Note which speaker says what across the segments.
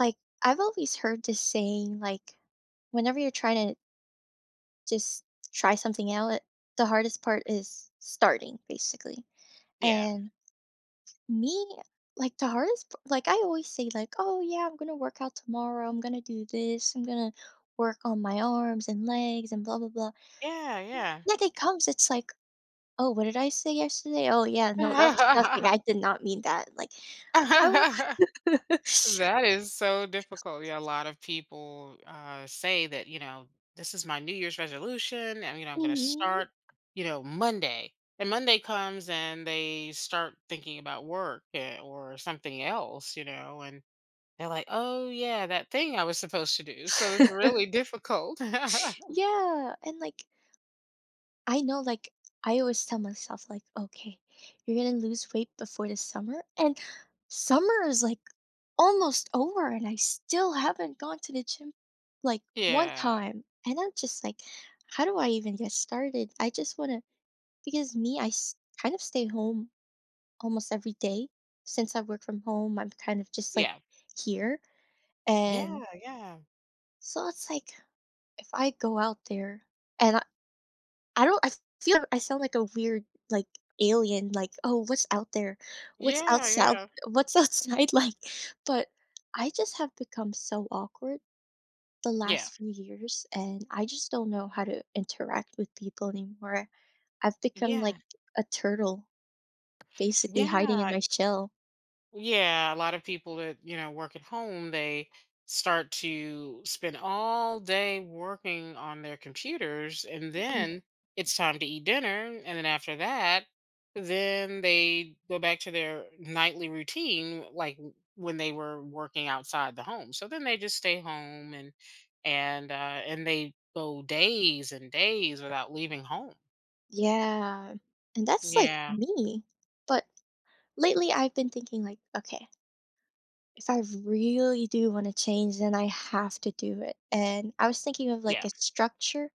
Speaker 1: Like, I've always heard this saying, like, whenever you're trying to just try something out, the hardest part is starting, basically.
Speaker 2: Yeah.
Speaker 1: And me, like, like I always say, like, "Oh yeah, I'm going to work out tomorrow. I'm going to do this. I'm going to work on my arms and legs and blah blah blah."
Speaker 2: Yeah, yeah.
Speaker 1: That day comes, it's like, "Oh, what did I say yesterday? Oh yeah, no, that was nothing. I did not mean that." Like I, w-
Speaker 2: That is so difficult. Yeah, a lot of people say that, you know, this is my New Year's resolution and, you know, I'm going to
Speaker 1: Mhm.
Speaker 2: start, you know, Monday. And Monday comes and they start thinking about work or something else, you know, and they're like, oh, yeah, that thing I was supposed to do. So it's really difficult.
Speaker 1: Yeah, and like I know, like, I always tell myself, like, okay, you're gonna lose weight before the summer. And summer is like almost over, and I still haven't gone to the gym like one
Speaker 2: Yeah.
Speaker 1: time. And I'm just like, how do I even get started? I just wanna, because me, kind of stay home almost every day since I work from home. I'm kind of just like
Speaker 2: Yeah.
Speaker 1: here. And
Speaker 2: Yeah. Yeah.
Speaker 1: so it's like, if I go out there, and I don't, I feel I sound like a weird, like, alien, like, "Oh, what's out there? What's outside
Speaker 2: Yeah.
Speaker 1: what's outside like?" But I just have become so awkward the
Speaker 2: Yeah.
Speaker 1: last few years, and I just don't know how to interact with people anymore. I've
Speaker 2: Yeah.
Speaker 1: become like
Speaker 2: Yeah.
Speaker 1: a turtle, basically
Speaker 2: Yeah.
Speaker 1: hiding in my shell.
Speaker 2: Yeah, a lot of people that, you know, work at home, they start to spend all day working on their computers and
Speaker 1: Mm,
Speaker 2: then it's time to eat dinner. And then after that, then they go back to their nightly routine, like when they were working outside the home. So then they just stay home and they go days and days without leaving home.
Speaker 1: yeah, and that's, like,
Speaker 2: Yeah.
Speaker 1: me. But lately, I've been thinking like, "Okay, if I really do want to change, then I have to do it. And I was thinking of like
Speaker 2: Yeah.
Speaker 1: a structure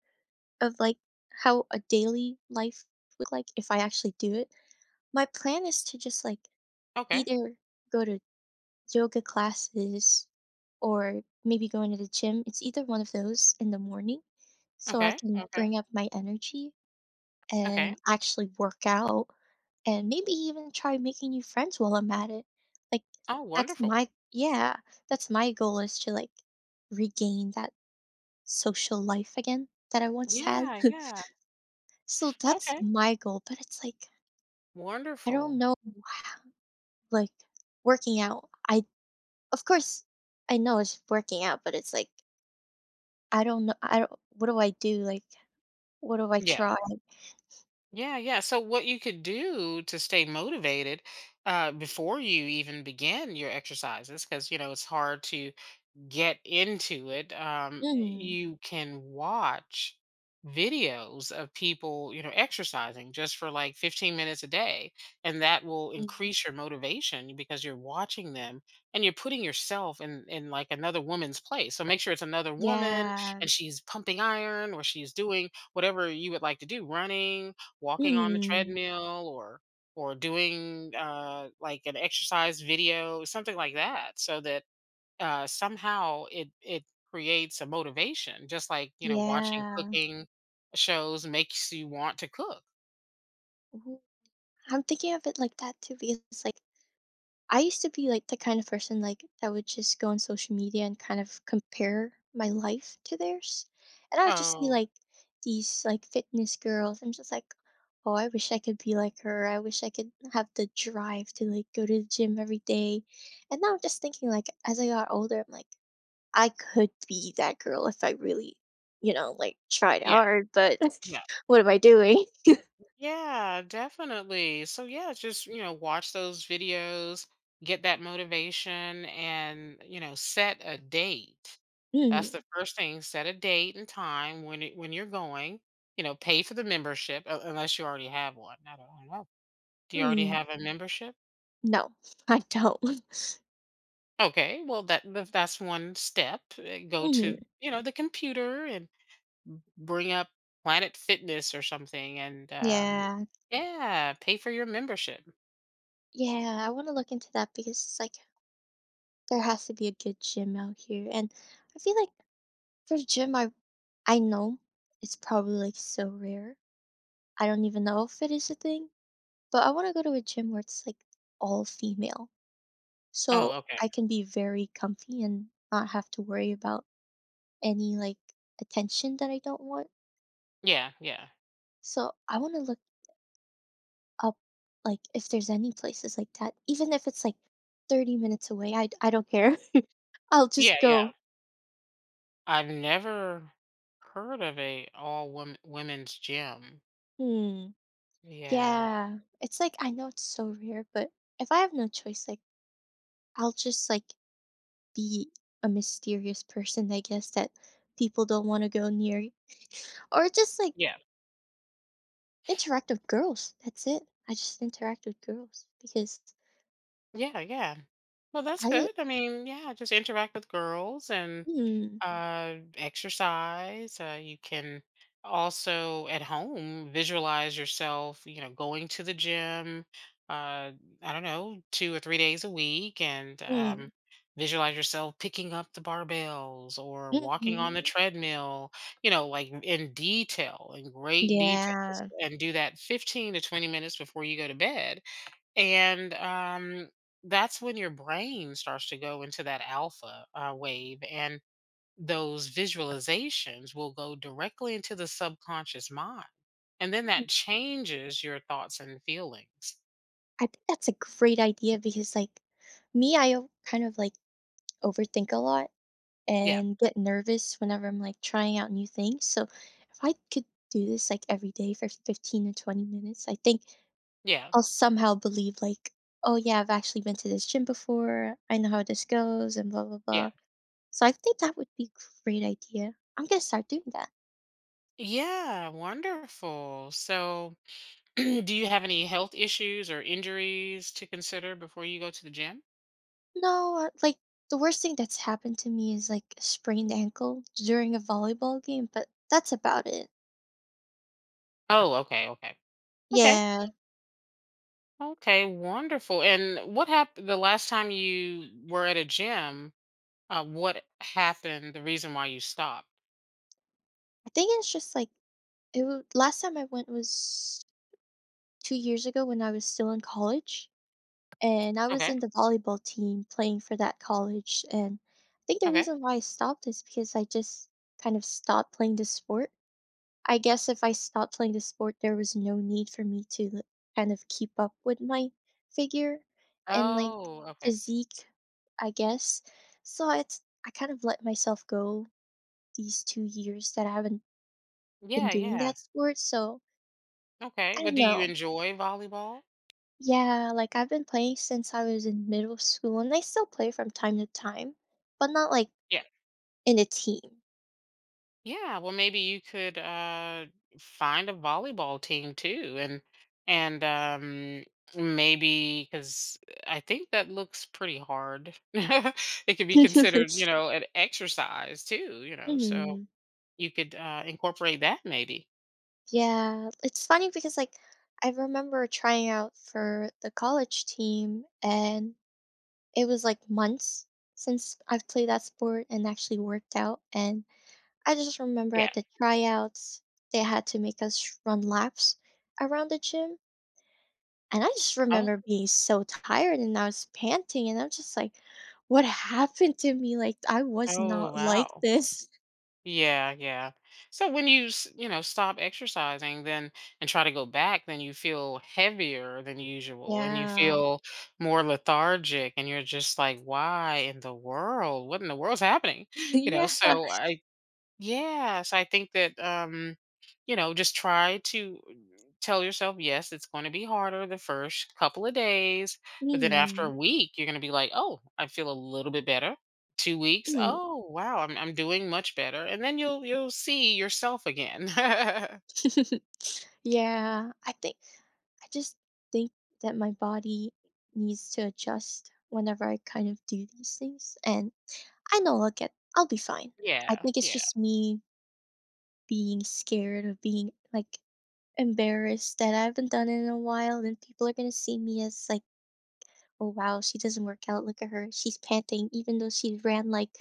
Speaker 1: of like how a daily life would look like if I actually do it. My plan is to just like
Speaker 2: Okay.
Speaker 1: either go to yoga classes or maybe going to the gym. It's either one of those in the morning so I
Speaker 2: Okay.
Speaker 1: can
Speaker 2: Okay.
Speaker 1: bring up my energy
Speaker 2: Okay.
Speaker 1: and actually work out and maybe even try making new friends while I'm at it. Like,
Speaker 2: Oh,
Speaker 1: that's
Speaker 2: wonderful.
Speaker 1: my yeah, that's my goal is to like regain that social life again that I once had.
Speaker 2: Yeah. Yeah.
Speaker 1: So that's
Speaker 2: Okay.
Speaker 1: my goal, but it's like I don't
Speaker 2: Wonderful.
Speaker 1: know, how- like working out. I Of course I know it's working out, but it's like I don't know, I don't what do I do? Like what do I
Speaker 2: Yeah.
Speaker 1: try?
Speaker 2: Yeah. Yeah. So, what you could do to stay motivated before you even begin your exercises, because, you know, it's hard to get into it,
Speaker 1: Mm,
Speaker 2: you can watch videos of people, you know, exercising just for like 15 minutes a day. And that will
Speaker 1: mm,
Speaker 2: increase your motivation because you're watching them and you're putting yourself in like another woman's place. So make sure it's another woman
Speaker 1: yeah.
Speaker 2: and she's pumping iron or she's doing whatever you would like to do, running, walking on the
Speaker 1: Mm,
Speaker 2: treadmill or doing like an exercise video, something like that, so that somehow it creates a motivation, just like you know watching
Speaker 1: yeah.
Speaker 2: cooking shows makes you want to cook.
Speaker 1: Ooh, I'm thinking of it like that too because it's like I used to be like the kind of person like that would just go on social media and kind of compare my life to theirs. And I would just see
Speaker 2: Oh
Speaker 1: like these like fitness girls. I'm just like, oh, I wish I could be like her. I wish I could have the drive to like go to the gym every day. And now I'm just thinking like as I got older, I'm like, I could be that girl if I really, like tried
Speaker 2: yeah,
Speaker 1: hard, but
Speaker 2: yeah,
Speaker 1: what am I doing?
Speaker 2: yeah, definitely. So yeah, just you know watch those videos, get that motivation, and you know set a date. That's
Speaker 1: Mm,
Speaker 2: the first thing. Set a date and time when you're going. You know, pay for the membership unless you already have one. I don't know. Do you already
Speaker 1: mm.
Speaker 2: have a membership?
Speaker 1: No, I don't.
Speaker 2: Okay, well that's one step. Go
Speaker 1: Mhm.
Speaker 2: to you know the computer and bring up Planet Fitness or something, and
Speaker 1: Yeah.
Speaker 2: yeah, pay for your membership.
Speaker 1: Yeah, I wanna look into that because it's like there has to be a good gym out here, and I feel like for the gym I know it's probably, like, so rare. I don't even know if it is a thing, but I wanna go to a gym where it's, like, all female, so
Speaker 2: Oh, okay.
Speaker 1: I can be very comfy and not have to worry about any, like, attention that I don't want.
Speaker 2: Yeah, yeah,
Speaker 1: So I wanna look up like if there's any places like that, even if it's like 30 minutes away, I don't care. I'll
Speaker 2: yeah,
Speaker 1: just
Speaker 2: yeah.
Speaker 1: go.
Speaker 2: I've never heard of a all women's gym.
Speaker 1: Hmm.
Speaker 2: Yeah,
Speaker 1: Yeah. It's like I know it's so rare, but if I have no choice, like I'll just like be a mysterious person, I guess, that people don't want to go near. Or just like
Speaker 2: yeah,
Speaker 1: interact with girls. That's it. I just interact with girls because
Speaker 2: yeah, yeah. Well, that's
Speaker 1: I,
Speaker 2: good. I mean, yeah, just interact with girls and
Speaker 1: mm,
Speaker 2: exercise. You can also at home visualize yourself, you know, going to the gym, uh, I don't know, two or three days a week and
Speaker 1: mm,
Speaker 2: visualize yourself picking up the barbells or walking on the
Speaker 1: hmm
Speaker 2: treadmill, you know, like in detail, in great details,
Speaker 1: yeah.
Speaker 2: and do that 15 to 20 minutes before you go to bed. And that's when your brain starts to go into that alpha wave. And those visualizations will go directly into the subconscious mind. And then that changes your thoughts and feelings.
Speaker 1: I think that's a great idea because, like, me, kind of like overthink a lot
Speaker 2: Yeah.
Speaker 1: and get nervous whenever I'm like trying out new things. So, if I could do this like every day for 15 to 20 minutes, I think
Speaker 2: Yeah.
Speaker 1: I'll somehow believe, like, oh, yeah, I've actually been to this gym before. I know how this goes and blah, blah,
Speaker 2: Yeah.
Speaker 1: blah. So, I think that would be a great idea. I'm going to start doing that.
Speaker 2: Yeah. Wonderful. So, do you have any health issues or injuries to consider before you go to the gym?
Speaker 1: No, like, the worst thing that's happened to me is like a sprained ankle during a volleyball game, but that's about it.
Speaker 2: Oh, okay. Okay. Okay.
Speaker 1: Yeah,
Speaker 2: Okay. Wonderful. And what happened the last time you were at a gym? What happened? The reason why you stopped?
Speaker 1: I think it's just, like, it w last time I went was 2 years ago when I was still in college, and I was
Speaker 2: Okay.
Speaker 1: in the volleyball team playing for that college, and I think the
Speaker 2: Okay.
Speaker 1: reason why I stopped is because I just kind of stopped playing the sport. I guess if I stopped playing the sport, there was no need for me to, like, kind of keep up with my figure and, like,
Speaker 2: Oh, okay.
Speaker 1: physique, I guess. So it's I kind of let myself go these 2 years that I haven't been
Speaker 2: Yeah,
Speaker 1: doing
Speaker 2: yeah.
Speaker 1: that sport, so
Speaker 2: Okay.
Speaker 1: I
Speaker 2: Well,
Speaker 1: don't
Speaker 2: do you
Speaker 1: know.
Speaker 2: enjoy volleyball?
Speaker 1: Yeah, like I've been playing since I was in middle school and I still play from time to time, but not like
Speaker 2: Yeah.
Speaker 1: in a team.
Speaker 2: Yeah, well, maybe you could find a volleyball team too, and maybe because I think that looks pretty hard. It could be considered, you know, an exercise too, you know. So
Speaker 1: Mhm.
Speaker 2: you could incorporate that maybe.
Speaker 1: Yeah, it's funny because like I remember trying out for the college team and it was like months since I've played that sport and actually worked out and I just remember
Speaker 2: Yeah.
Speaker 1: at the tryouts they had to make us run laps around the gym. And I just
Speaker 2: Oh,
Speaker 1: remember being so tired and I was panting and I'm just like, what happened to me? Like I was
Speaker 2: oh,
Speaker 1: not like
Speaker 2: wow.
Speaker 1: this.
Speaker 2: Yeah, yeah. So when you know, stop exercising then and try to go back, then you feel heavier than usual and you
Speaker 1: Yeah.
Speaker 2: feel more lethargic and you're just like, why in the world? What in the world's happening? You know, so yes, I think that you know, just try to tell yourself, yes, it's going to be harder the first couple of days,
Speaker 1: Yeah.
Speaker 2: but then after a
Speaker 1: Mm.
Speaker 2: week, you're going to be like, oh, I feel a little bit better. Two weeks,
Speaker 1: Mm.
Speaker 2: oh wow, I'm doing much better, and then you'll see yourself again.
Speaker 1: yeah. I just think that my body needs to adjust whenever I kind of do these things. And I know I'll be fine. I
Speaker 2: Yeah,
Speaker 1: think it's
Speaker 2: yeah.
Speaker 1: just me being scared of being like embarrassed that I haven't done it in a while, and people are gonna see me as like, "Oh wow, she doesn't work out. Look at her. She's panting even though she ran like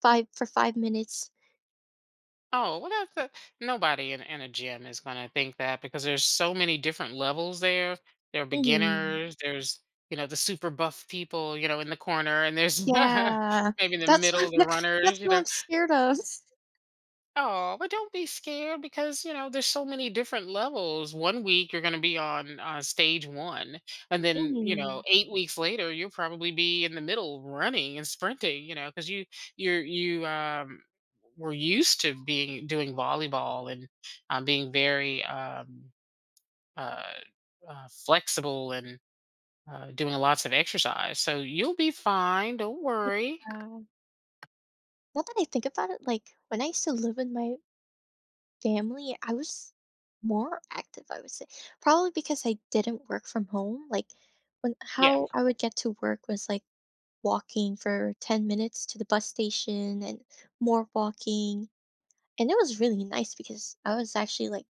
Speaker 1: 5 for 5 minutes."
Speaker 2: Oh, well, that's a, nobody in a gym is going to think that because there's so many different levels there. There are
Speaker 1: Mhm.
Speaker 2: beginners, there's, you know, the super buff people, you know, in the corner, and there's
Speaker 1: Yeah.
Speaker 2: maybe in the
Speaker 1: That's what
Speaker 2: middle, the
Speaker 1: I'm that's
Speaker 2: runners, you
Speaker 1: what
Speaker 2: know.
Speaker 1: I'm scared of.
Speaker 2: Oh, but don't be scared because, you know, there's so many different levels. One week you're going to be on stage one. And then, you
Speaker 1: Mhm.
Speaker 2: know, eight weeks later, you'll probably be in the middle running and sprinting, you know, because you're, you, um, were used to being doing volleyball and being very uh, flexible and doing lots of exercise. So you'll be fine. Don't worry.
Speaker 1: Yeah. Now that I think about it, like, when I used to live with my family, I was more active, I would say. Probably because I didn't work from home, like, when
Speaker 2: Yeah.
Speaker 1: how I would get to work was, like, walking for 10 minutes to the bus station and more walking. And it was really nice because I was actually like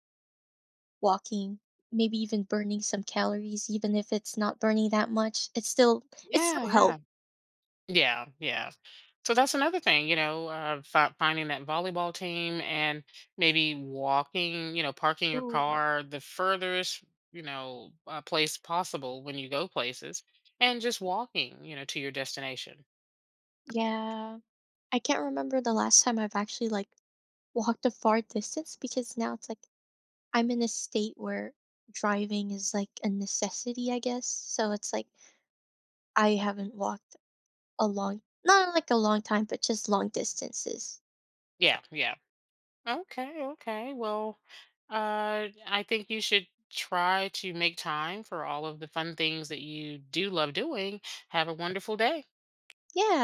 Speaker 1: walking, maybe even burning some calories, even if it's not burning that much. It still it
Speaker 2: Yeah.
Speaker 1: still
Speaker 2: Yeah.
Speaker 1: helped.
Speaker 2: Yeah, yeah. So that's another thing, you know, finding that volleyball team and maybe walking, you know, parking your
Speaker 1: Ooh,
Speaker 2: car the furthest, you know, place possible when you go places and just walking, you know, to your destination.
Speaker 1: yeah. I can't remember the last time I've actually like walked a far distance because now it's like I'm in a state where driving is like a necessity, I guess. So it's like I haven't walked a long not like a long time, but just long distances.
Speaker 2: Yeah, yeah. Okay, okay. Well, I think you should try to make time for all of the fun things that you do love doing. Have a wonderful day.
Speaker 1: Yeah.